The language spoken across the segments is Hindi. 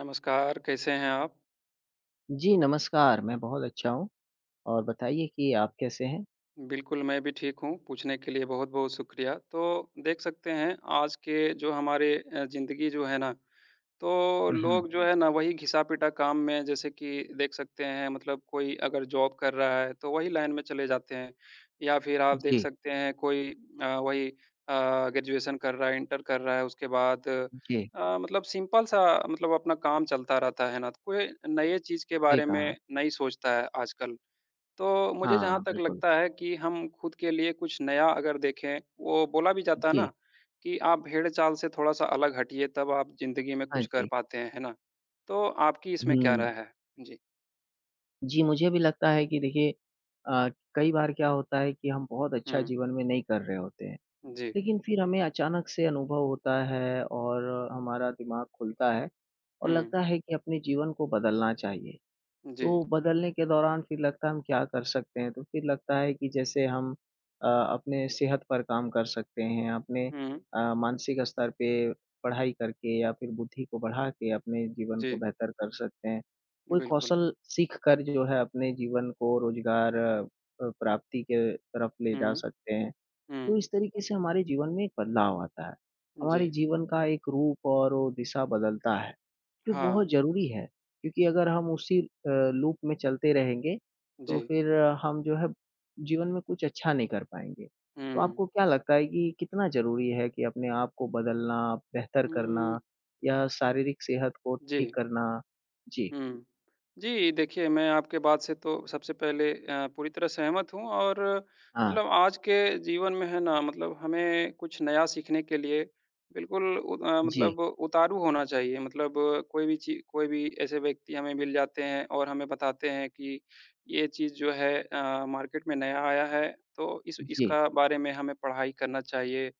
नमस्कार, कैसे हैं आप? जी, नमस्कार, मैं बहुत अच्छा हूँ और बताइए कि आप कैसे हैं? बिल्कुल, मैं भी ठीक हूँ, पूछने के लिए बहुत-बहुत शुक्रिया। तो देख सकते हैं आज के जो हमारे ज़िंदगी जो है ना, तो हुँ, हुँ। लोग जो जी। है ना वही घिसा-पिटा काम में जैसे कि देख सकते हैं मतलब कोई अगर जॉब कर रहा है तो वही लाइन में चले जाते हैं। या फिर आप देख जी, सकते हैं कोई अ, वही अ, ग्रेजुएशन कर रहा है, इंटर कर रहा है, उसके बाद जी, मतलब सिंपल सा मतलब अपना काम चलता रहता है ना, तो कोई नए चीज़ के सही बारे कहा। में नहीं सोचता है आजकल। तो मुझे जहाँ हाँ, तक बिल्कुल। लगता है कि हम खुद के लिए कुछ नया अगर देखें, वो बोला भी जाता है ना जी, कि आप भेड़-चाल से थोड़ा-सा अलग हटिए तब आप ज़िंदगी में हाँ कुछ कर जी। पाते हैं, है ना? तो आपकी इसमें क्या हुँ, राय है? जी। जी, मुझे भी लगता है कि देखिए अ, कई बार क्या होता है कि हम बहुत अच्छा हुँ। जीवन में नहीं कर रहे होते हैं, जी। लेकिन फिर हमें अचानक से अनुभव होता है और हमारा दिमाग खुलता है और हुँ। लगता है कि अपने जीवन को बदलना चाहिए। जी। तो बदलने के दौरान फिर लगता है हम क्या कर सकते हैं? तो फिर लगता है कि जैसे हम अपने सेहत पर काम कर सकते हैं, अपने हुँ। मानसिक स्तर पे पढ़ाई करके या फिर बुद्धि को बढ़ा के अपने जीवन को जी। बेहतर कर सकते हैं। कोई बिल्कुल। कौशल सीख कर जो है अपने जीवन को रोज़गार प्राप्ति के तरफ ले जा हुँ। सकते हैं। तो हुँ। इस तरीके से हमारे जीवन में एक बदलाव आता है। जी। हमारे जीवन का एक रूप और वो दिशा बदलता है, जो हाँ। बहुत ज़रूरी है। क्योंकि अगर हम उसी लूप में चलते रहेंगे, तो जी। फिर हम जो है जीवन में कुछ अच्छा नहीं कर पाएँगे। तो हुँ। आपको क्या लगता है कि कितना ज़रूरी है कि अपने आप को बदलना, बेहतर करना उम, या शारीरिक सेहत को जी। ठीक करना? जी, हुँ। जी, देखिए मैं आपके बात से तो सबसे पहले पूरी तरह सहमत हूँ और हाँ, मतलब आज के जीवन में है ना मतलब हमें कुछ नया सीखने के लिए बिल्कुल जी, मतलब उतारू होना चाहिए। मतलब कोई भी ची कोई भी ऐसे व्यक्ति हमें मिल जाते हैं और हमें बताते हैं कि ये चीज़ जो है मार्केट में नया आया है तो इस जी, इसका बारे में हमें पढ़ाई करना चाहिए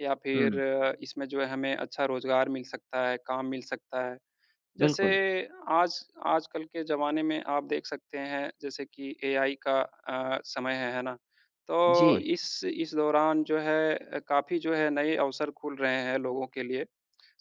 या हुँ, फिर इसमें जो है हमें अच्छा रोज़गार मिल सकता है, काम मिल सकता है। जैसे बिल्कुल। आज आजकल के ज़माने में आप देख सकते हैं जैसे कि एआई का समय है ना? तो जी, इस दौरान जो है काफ़ी जो है नए अवसर खुल रहे हैं लोगों के लिए।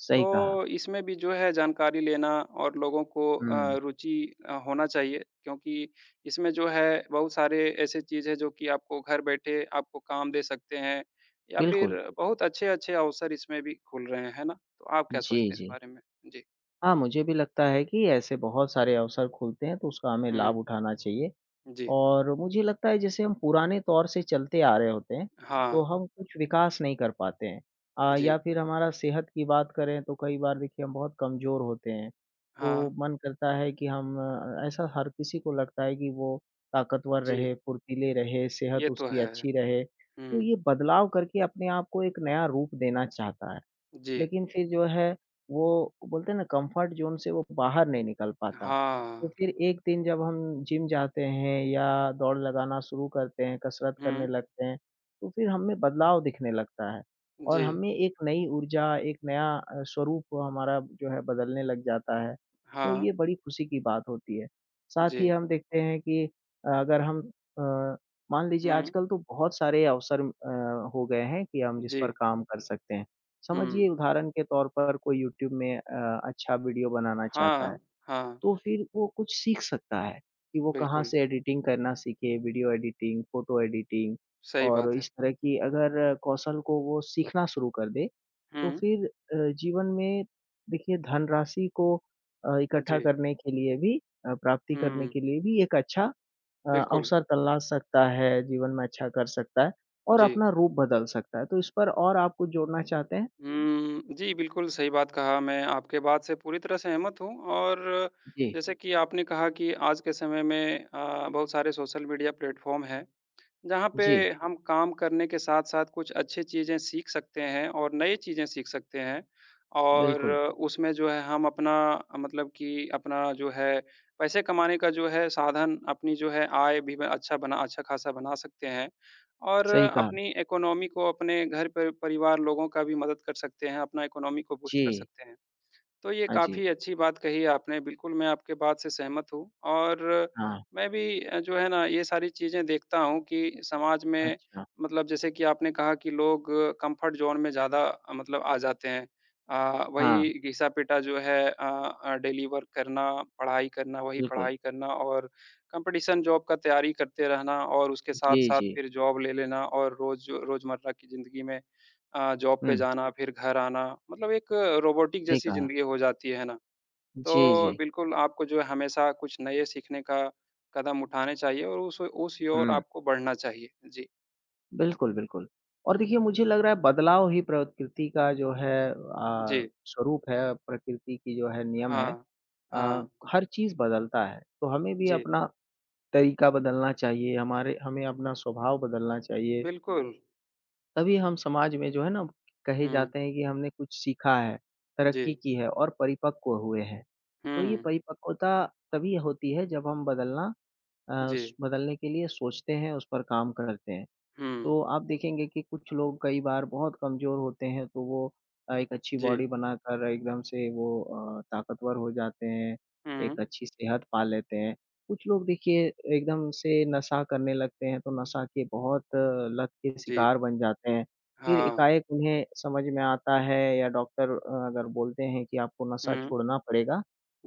सही कहा। तो इसमें भी जो है जानकारी लेना और लोगों को हुँ, रुचि होना चाहिए क्योंकि इसमें जो है बहुत सारे ऐसे चीज़ है जो कि आपको घर बैठे आपको काम दे सकते हैं या फिर बिल्कुल। बहुत अच्छे-अच्छे अवसर इसमें भी खुल रहे हैं, है ना? तो आप क्या जी, सोचते हैं इस जी। बारे में? जी। हाँ, मुझे भी लगता है कि ऐसे बहुत सारे अवसर खुलते हैं, तो उसका हमें लाभ हुँ, उठाना चाहिए जी। और मुझे लगता है जैसे हम पुराने तौर से चलते आ रहे होते हैं, हाँ, तो हम कुछ विकास नहीं कर पाते हैं। या जी। फिर हमारा सेहत की बात करें तो कई बार देखिए हम बहुत कमज़ोर होते हैं, तो हाँ, मन करता है कि हम ऐसा हर किसी को लगता है कि वो ताकतवर जी। रहे, फुर्तीले रहे, सेहत ये तो उसकी है। अच्छी रहे। तो हुँ, ये बदलाव करके अपने आप को एक नया रूप देना चाहता है। जी। लेकिन फिर जो है वो बोलते हैं ना कंफर्ट ज़ोन से वो बाहर नहीं निकल पाता। तो हाँ। फिर एक दिन जब हम जिम जाते हैं या दौड़ लगाना शुरू करते हैं, कसरत करने हुँ, लगते हैं, तो फिर हम में बदलाव दिखने लगता है और जी। हमें एक नई ऊर्जा, एक नया स्वरूप हमारा जो है बदलने लग जाता है। तो हाँ, ये बड़ी खुशी की बात होती है। साथ जी। ही हम देखते हैं कि अगर हम अ, मान लीजिए हुँ, आजकल तो बहुत सारे अवसर हो गए हैं कि हम जिस जी। पर काम कर सकते हैं। समझिए हुँ। उदाहरण के तौर पर कोई यूट्यूब में अच्छा वीडियो बनाना चाहता है, हाँ, हाँ, तो फिर वो कुछ सीख सकता है, कि वो कहाँ बिल्कुल, से एडिटिंग करना सीखे, वीडियो एडिटिंग, फ़ोटो एडिटिंग सही और बात है। इस तरह की अगर कौशल को वो सीखना शुरू कर दे, तो हुँ, फिर जीवन में देखिए धनराशि को इकट्ठा जी। करने के लिए भी प्राप्ति करने हुँ, के लिए भी एक अच्छा बिल्कुल, अवसर तलाश सकता है, जीवन में अच्छा कर सकता है और जी। अपना रूप बदल सकता है। तो इस पर और आप कुछ जोड़ना चाहते हैं? हुँ, जी, बिल्कुल सही बात कहा। मैं आपके बात से पूरी तरह से सहमत हूँ और जी। जैसे कि आपने कहा कि आज के समय में बहुत सारे सोशल मीडिया प्लेटफ़ॉर्म हैं। जहाँ पे जी, हम काम करने के साथ-साथ कुछ अच्छी चीज़ें सीख सकते हैं और नई चीज़ें सीख सकते हैं। और बिल्कुल, उसमें जो है हम अपना मतलब कि अपना जो है पैसे कमाने का जो है साधन अपनी जो है आय भी बना अच्छा खासा बना सकते हैं। और सही कहा। अपनी इकोनॉमी को अपने घर पर परिवार लोगों का भी मदद कर सकते हैं, अपना इकोनॉमी को बूस्ट कर जी, सकते हैं। तो ये हाँ जी, काफ़ी अच्छी बात कही आपने, बिल्कुल मैं आपके बात से सहमत हूँ और हाँ, मैं भी जो है ना ये सारी चीज़ें देखता हूँ कि समाज में अच्छा, मतलब जैसे कि आपने कहा कि लोग कम्फ़र्ट ज़ोन में ज़्यादा मतलब आ जाते हैं। हाँ, वही घिसा-पिटा जो है डेली वर्क करना, पढ़ाई करना, वही बिल्कुल। पढ़ाई करना और कॉम्पिटिशन जॉब का तैयारी करते रहना और उसके जी, साथ-साथ जी, फिर जॉब ले लेना और रोज़मर्रा की ज़िंदगी में जॉब पे हुँ, जाना, फिर घर आना, मतलब एक रोबोटिक सही जैसी कहा। ज़िंदगी हो जाती है ना? जी, तो जी, बिल्कुल आपको जो है हमेशा कुछ नए सीखने का कदम उठाने चाहिए और उस ओर हुँ, आपको बढ़ना चाहिए। जी। बिल्कुल, और हुँ। देखिए मुझे लग रहा है बदलाव ही प्रकृति का जो है जी। स्वरूप है, प्रकृति की जो है नियम है हाँ। अ, हाँ। हर चीज़ बदलता है, तो हमें भी जी। अपना तरीका बदलना चाहिए, हमारे हमें अपना स्वभाव बदलना चाहिए, बिल्कुल। तभी हम समाज में जो है ना, कहे हुँ। जाते हैं कि हमने कुछ सीखा है, जी। तरक्की की है और परिपक्व हुए हैं। तो ये हुँ। परिपक्वता तभी होती है जब हम बदलना अ, जी। स बदलने के लिए सोचते हैं, उस पर काम करते हैं। हुँ। तो आप देखेंगे कि कुछ लोग कई बार बहुत कमज़ोर होते हैं तो वो एक अच्छी जी। बॉडी बनाकर एकदम से वो ताकतवर हो जाते हैं, हुँ। एक अच्छी सेहत पा लेते हैं। कुछ लोग देखिए एकदम से नशा करने लगते हैं तो नशा के बहुत लत के जी। शिकार बन जाते हैं। फिर हाँ। एकाएक उन्हें समझ में आता है या डॉक्टर अगर बोलते हैं कि आपको नशा हुँ। छोड़ना पड़ेगा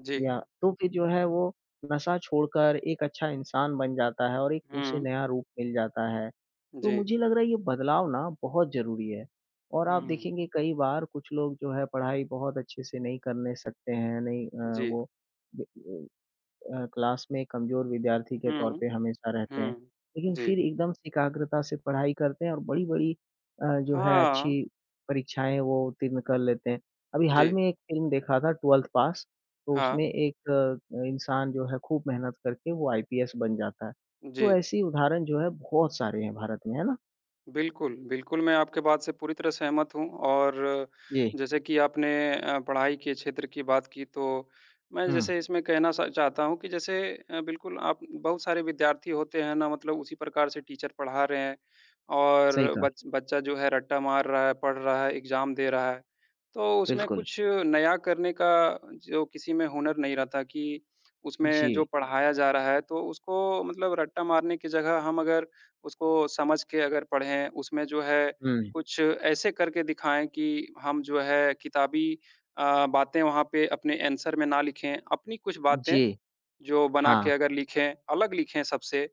जी। या तो फिर जो है वो नशा छोड़कर एक अच्छा इंसान बन जाता है और एक उसे हुँ। नया रूप मिल जाता है। तो जी। मुझे लग रहा है ये बदलाव ना बहुत ज़रूरी है। और आप हुँ। देखेंगे कई बार कुछ लोग जो है पढ़ाई बहुत अच्छे से नहीं करने सकते हैं, नहीं जी। वो क्लास में कमज़ोर विद्यार्थी के तौर हुँ। पे हमेशा रहते हैं। हुँ। लेकिन जी। फिर एकदम से एकाग्रता से पढ़ाई करते हैं और बड़ी-बड़ी जो है अच्छी हाँ। परीक्षाएँ वो उत्तीर्ण कर लेते हैं। अभी हाल जी। में एक फ़िल्म देखा था 12th पास तो हाँ। उसमें एक इंसान जो है खूब मेहनत करके वो आईपीएस बन जाता है। जी, तो ऐसी उदाहरण जो है बहुत सारे हैं भारत में, है ना? बिल्कुल, बिल्कुल, मैं आपके बात से पूरी तरह सहमत हूँ और जी, जैसे कि आपने पढ़ाई के क्षेत्र की बात की, तो मैं हुँ, जैसे इसमें कहना सा चाहता हूँ कि जैसे बिल्कुल आप बहुत सारे विद्यार्थी होते हैं ना, मतलब उसी प्रकार से टीचर पढ़ा रहे हैं सही और कहा, बच बच्चा जो है रट्टा मार रहा है, पढ़ रहा है, एग्ज़ाम दे रहा है। तो उसमें बिल्कुल। कुछ नया करने का जो किसी में हुनर नहीं रहता कि उसमें जो जी, पढ़ाया जा रहा है, तो उसको मतलब रट्टा मारने की जगह हम अगर उसको समझ के अगर पढ़ें, उसमें जो है हुँ, कुछ ऐसे करके दिखाएँ कि हम जो है किताबी बातें वहाँ पे अपने आंसर में ना लिखें, अपनी कुछ बातें जी, जो बना के हाँ, अगर लिखें, अलग लिखें सबसे,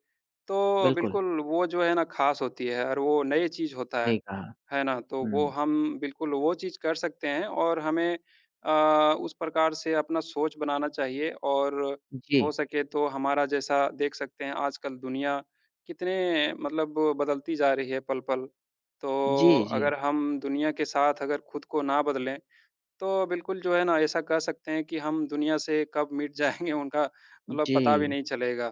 तो बिल्कुल, बिल्कुल वो जो है ना ख़ास होती है और वो नई चीज़ होता सही कहा। है ना? तो वो हुँ, हम बिल्कुल वो चीज़ कर सकते हैं और हमें उस प्रकार से अपना सोच बनाना चाहिए और जी, हो सके तो हमारा जैसा देख सकते हैं आजकल दुनिया कितने मतलब बदलती जा रही है पल-पल। तो जी, जी, अगर हम दुनिया के साथ अगर खुद को ना बदलें तो बिल्कुल जो है ना ऐसा कह सकते हैं कि हम दुनिया से कब मिट जाएँगे उनका मतलब जी। पता भी नहीं चलेगा।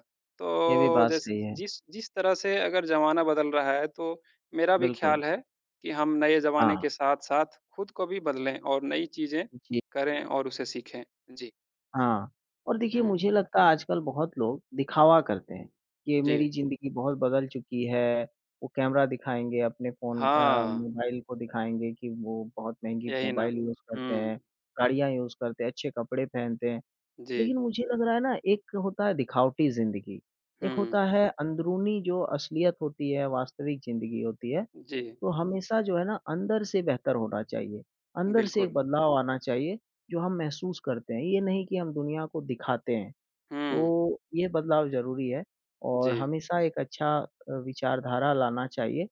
ये भी तो बात जैसे सही है। जिस जिस तरह से अगर ज़माना बदल रहा है तो मेरा भी बिल्कुल, ख़्याल है कि हम नए ज़माने हाँ, के साथ-साथ खुद को भी बदलें और नई चीज़ें जी, करें और उसे सीखें। जी। हाँ। और देखिए हुँ। मुझे लगता है आजकल बहुत लोग दिखावा करते हैं, कि जी। मेरी ज़िंदगी बहुत बदल चुकी है, वो कैमरा दिखाएँगे अपने फ़ोन हाँ, मोबाइल को दिखाएँगे कि वो बहुत महँगी यही ना। मोबाइल यूज़ हुँ। करते हैं, गाड़ियाँ यूज़ करते हैं, अच्छे कपड़े पहनते हैं। जी। लेकिन मुझे लग रहा है ना एक होता है दिखावटी ज़िंदगी, एक हुँ। होता है अंदरूनी जो असलियत होती है, वास्तविक ज़िंदगी होती है। जी, तो हमेशा जो है ना अंदर से बेहतर होना चाहिए। अंदर से एक बिल्कुल। बदलाव आना चाहिए जो हम महसूस करते हैं। ये नहीं कि हम दुनिया को दिखाते हैं। तो हुँ। ये बदलाव ज़रूरी है और जी। हमेशा एक अच्छा विचारधारा लाना चाहिए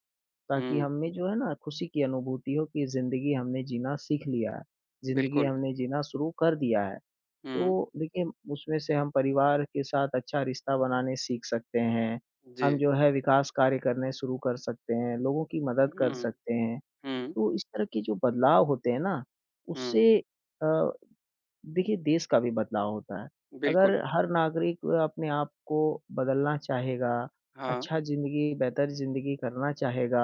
ताकि हुँ। हम में जो है ना खुशी की अनुभूति हो कि ज़िंदगी हमने जीना सीख लिया है। ज़िंदगी बिल्कुल। हमने जीना शुरू कर दिया है। हुँ। तो देखिए उसमें से हम परिवार के साथ अच्छा रिश्ता बनाने सीख सकते हैं। जी। हम जो है विकास कार्य करने शुरू कर सकते हैं, लोगों की मदद कर हुँ। सकते हैं। हुँ। तो इस तरह के जो बदलाव होते हैं ना, हुँ, उससे अ, देखिए देश का भी बदलाव होता है। अगर बिल्कुल। हर नागरिक अपने आप को बदलना चाहेगा, हाँ, अच्छा ज़िंदगी बेहतर ज़िंदगी करना चाहेगा,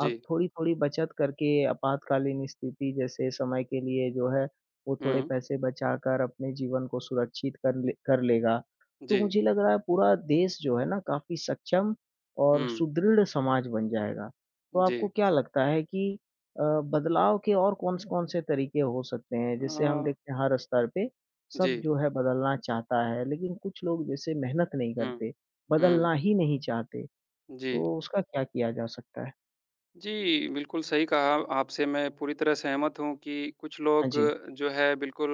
अब जी। थोड़ी-थोड़ी बचत करके आपातकालीन स्थिति जैसे समय के लिए जो है, वो थोड़े हुँ, पैसे बचाकर अपने जीवन को सुरक्षित कर लेगा, तो जी, मुझे लग रहा है पूरा देश जो है ना काफ़ी सक्षम और हुँ, सुदृढ़ समाज बन जाएगा। तो जी। आपको क्या लगता है कि अ, बदलाव के और कौन से तरीके हो सकते हैं? अ, जैसे हम देखते हैं हर स्तर पे जी, सब जो है बदलना चाहता है, लेकिन कुछ लोग जैसे मेहनत नहीं हुँ, करते, हुँ, बदलना ही नहीं चाहते, जी। तो उसका क्या किया जा सकता है? जी, बिल्कुल सही कहा आपसे मैं पूरी तरह सहमत हूँ कि कुछ हाँ लोग जी, जो है बिल्कुल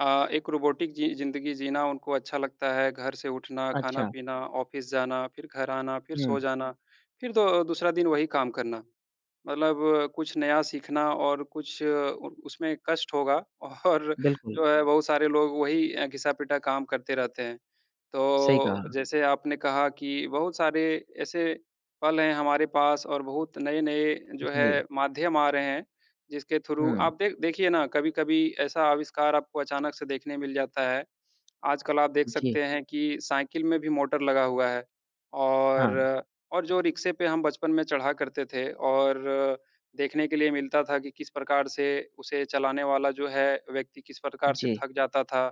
एक रोबोटिक जी ज़िंदगी जीना उनको अच्छा लगता है, घर से उठना, अच्छा, खाना-पीना, ऑफ़िस जाना, फिर घर आना, फिर हुँ, सो जाना, फिर दो दूसरा दिन वही काम करना। मतलब कुछ नया सीखना और कुछ उ उसमें कष्ट होगा और बिल्कुल, जो है बहुत सारे लोग वही घिसा-पिटा काम करते रहते हैं। सही कहा, तो जैसे आपने कहा कि बहुत सारे ऐसे पल हैं हमारे पास और बहुत नए-नए जो है जी, माध्यम आ रहे हैं, जिसके थ्रू हुँ, आप देखिए ना कभी-कभी ऐसा आविष्कार आपको अचानक से देखने मिल जाता है आजकल आप देख जी, सकते हैं कि साइकिल में भी मोटर लगा हुआ है और हाँ, जो रिक्शे पे हम बचपन में चढ़ा करते थे और देखने के लिए मिलता था कि किस प्रकार से उसे चलाने वाला जो है व्यक्ति किस प्रकार से जी, थक जाता था,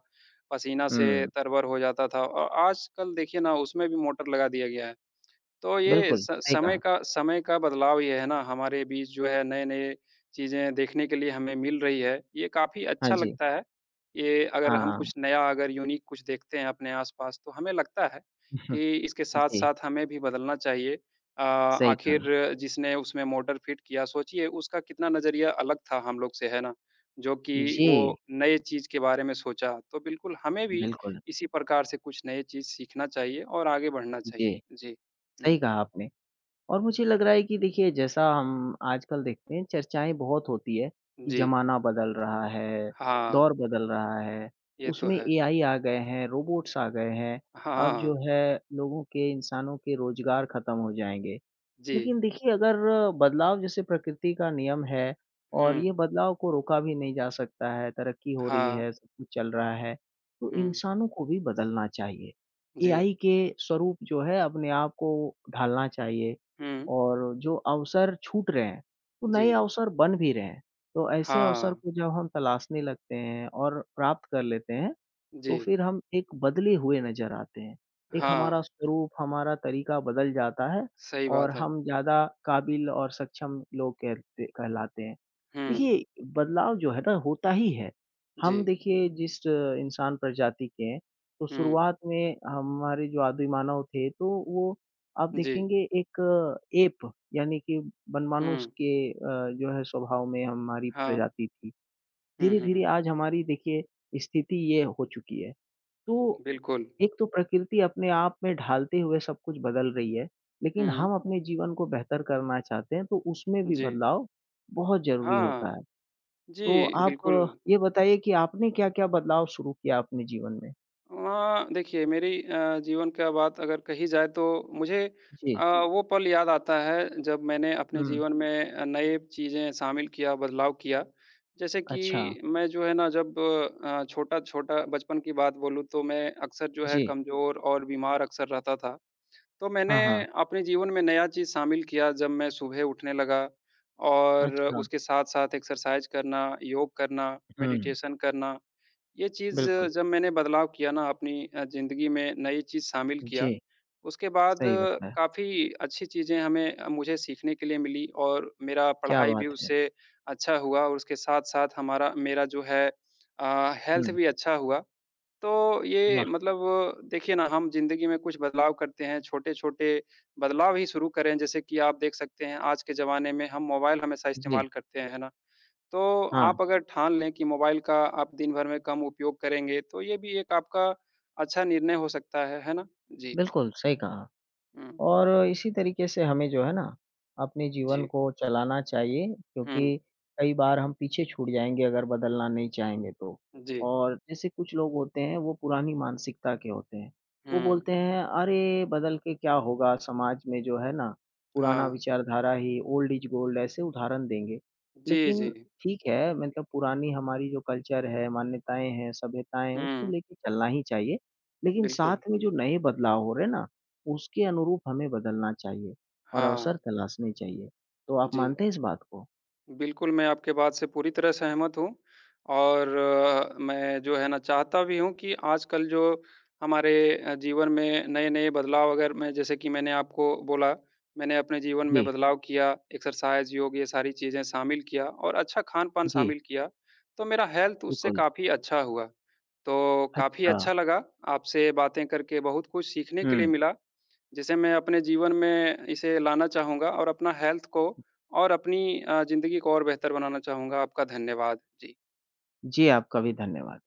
पसीना से हुँ, तरबर हो जाता था और आजकल देखिए ना उसमें भी मोटर लगा दिया गया है। तो ये बिल्कुल, स सही कहा, समय का बदलाव ये है ना, हमारे बीच जो है नए-नए चीज़ें देखने के लिए हमें मिल रही है। ये काफ़ी हाँ अच्छा जी, लगता है। ये अगर हम हाँ, कुछ नया अगर यूनिक कुछ देखते हैं अपने आस-पास तो हमें लगता है कि इसके जी, साथ-साथ हमें भी बदलना चाहिए। सही कहा, आखिर जिसने उसमें मोटर फिट किया सोचिए उसका कितना नज़रिया अलग था हम लोग से, है ना? जो कि जी, वो नए चीज़ के बारे में सोचा। तो बिल्कुल हमें भी बिल्कुल, इसी प्रकार से कुछ नए चीज़ सीखना चाहिए और आगे बढ़ना चाहिए। जी, जी। सही हुँ। कहा आपने। और मुझे लग रहा है कि देखिए जैसा हम आजकल देखते हैं चर्चाएँ बहुत होती है कि जी, ज़माना बदल रहा है, हाँ, दौर बदल रहा है, ये तो उसमें है। एआई आ गए हैं, रोबोट्स आ गए हैं, अब जो हाँ, है लोगों के इंसानों के रोज़गार खत्म हो जाएँगे। जी, लेकिन देखिए अगर बदलाव जैसे प्रकृति का नियम है और ये हुँ, बदलाव को रोका भी नहीं जा सकता है, तरक्की हो रही हाँ, है, सब कुछ चल रहा है, तो हुँ, इंसानों को भी बदलना चाहिए। जी, एआई के स्वरूप जो है अपने आप को ढालना चाहिए हुँ, और जो अवसर छूट रहे हैं, वो नए जी, अवसर बन भी रहे हैं। तो ऐसे अवसर हाँ, को जब हम तलाशने लगते हैं और प्राप्त कर लेते हैं तो जी, फिर हम एक बदले हुए नज़र आते हैं। एक हमारा हाँ, स्वरूप, हमारा तरीका बदल जाता है सही और बात है। हम ज़्यादा काबिल और सक्षम लोग कहते कहलाते हैं। हुँ, देखिए, बदलाव जो है ना होता ही है। हम जी, देखिए जिस इंसान प्रजाति के हैं, तो हुँ, शुरुआत में हमारे जो आदिमानव थे, तो वो आप जी, देखेंगे एक एप यानी कि बनमानुष हुँ, के जो है स्वभाव में हमारी हाँ, प्रजाति थी। हुँ, धीरे-धीरे हुँ, आज हमारी देखिए स्थिति ये हो चुकी है। तो बिल्कुल। एक तो प्रकृति अपने आप में ढालते हुए सब कुछ बदल रही है, लेकिन हुँ, हम अपने जीवन को बेहतर करना चाहते हैं, तो उसमें भी जी, बदलाव बहुत ज़रूरी होता हाँ, है। तो जी, आप बिल्कुल। ये बताइए कि आपने क्या-क्या बदलाव शुरू किया अपने जीवन में? देखिए मेरी जीवन का बात अगर कही जाए तो मुझे जी। वो पल याद आता है जब मैंने अपने हुँ, जीवन में नए चीज़ें शामिल किया, बदलाव किया। जैसे कि अच्छा। मैं जो है ना जब छोटा-छोटा बचपन की बात बोलूँ तो मैं अक्सर जो है जी। कमज़ोर और बीमार अक्सर रहता था। तो मैंने हाँ, हाँ। अपने जीवन में नया चीज़ शामिल किया जब मैं सुबह उठने लगा और अच्छा। उसके साथ-साथ एक्सरसाइज़ करना, योग करना, हुँ, मेडिटेशन करना ये चीज़ बिल्कुल। जब मैंने बदलाव किया ना अपनी ज़िंदगी में नई चीज़ शामिल किया, जी, उसके बाद सही बताया। काफ़ी अच्छी चीज़ें हमें मुझे सीखने के लिए मिली और मेरा क्या पढ़ाई भी बात है! उससे अच्छा हुआ और उसके साथ-साथ हमारा मेरा जो है हेल्थ हुँ, भी अच्छा हुआ। तो ये वाह! मतलब देखिए ना हम ज़िंदगी में कुछ बदलाव करते हैं, छोटे-छोटे बदलाव ही शुरू करें जैसे कि आप देख सकते हैं आज के ज़माने में हम मोबाइल हमेशा जी, इस्तेमाल करते हैं, है ना? तो हाँ, आप अगर ठान लें कि मोबाइल का आप दिन भर में कम उपयोग करेंगे, तो ये भी एक आपका अच्छा निर्णय हो सकता है ना? जी। बिल्कुल, सही कहा। हुँ, और इसी तरीके से हमें जो है ना, अपने जीवन जी। को चलाना चाहिए क्योंकि हुँ, कई बार हम पीछे छूट जाएँगे अगर बदलना नहीं चाहेंगे तो। जी। और जैसे कुछ लोग होते हैं वो पुरानी मानसिकता के होते हैं। वो हुँ, बोलते हैं अरे! बदल के क्या होगा समाज में जो है ना, पुराना हाँ। विचारधारा ही ओल्ड इज़ गोल्ड ऐसे उदाहरण देंगे। जी, लेकिन जी। ठीक है मतलब पुरानी हमारी जो कल्चर है, मान्यताएँ हैं, सभ्यताएँ हैं उसको हुँ, लेके चलना ही चाहिए। लेकिन बिल्कुल। साथ में जो नए बदलाव हो रहे हैं ना उसके अनुरूप हमें बदलना चाहिए और अवसर हाँ, तलाशने चाहिए। तो आप जी। मानते हैं इस बात को? बिल्कुल, मैं आपके बात से पूरी तरह सहमत हूँ और मैं जो है ना चाहता भी हूँ कि आजकल जो हमारे जीवन में नए-नए बदलाव अगर मैं जैसे कि मैंने आपको बोला, मैंने अपने जीवन में जी, बदलाव किया, एक्सरसाइज़, योग ये सारी चीज़ें शामिल किया और अच्छा खान-पान जी, शामिल किया, तो मेरा हेल्थ उससे बिल्कुल। काफ़ी अच्छा हुआ। तो काफ़ी अच्छा। अच्छा लगा आपसे बातें करके, बहुत कुछ सीखने के लिए हुँ। मिला, जिसे मैं अपने जीवन में इसे लाना चाहूँगा और अपना हेल्थ को और अपनी ज़िंदगी को और बेहतर बनाना चाहूँगा। आपका धन्यवाद। जी। जी, आपका भी धन्यवाद।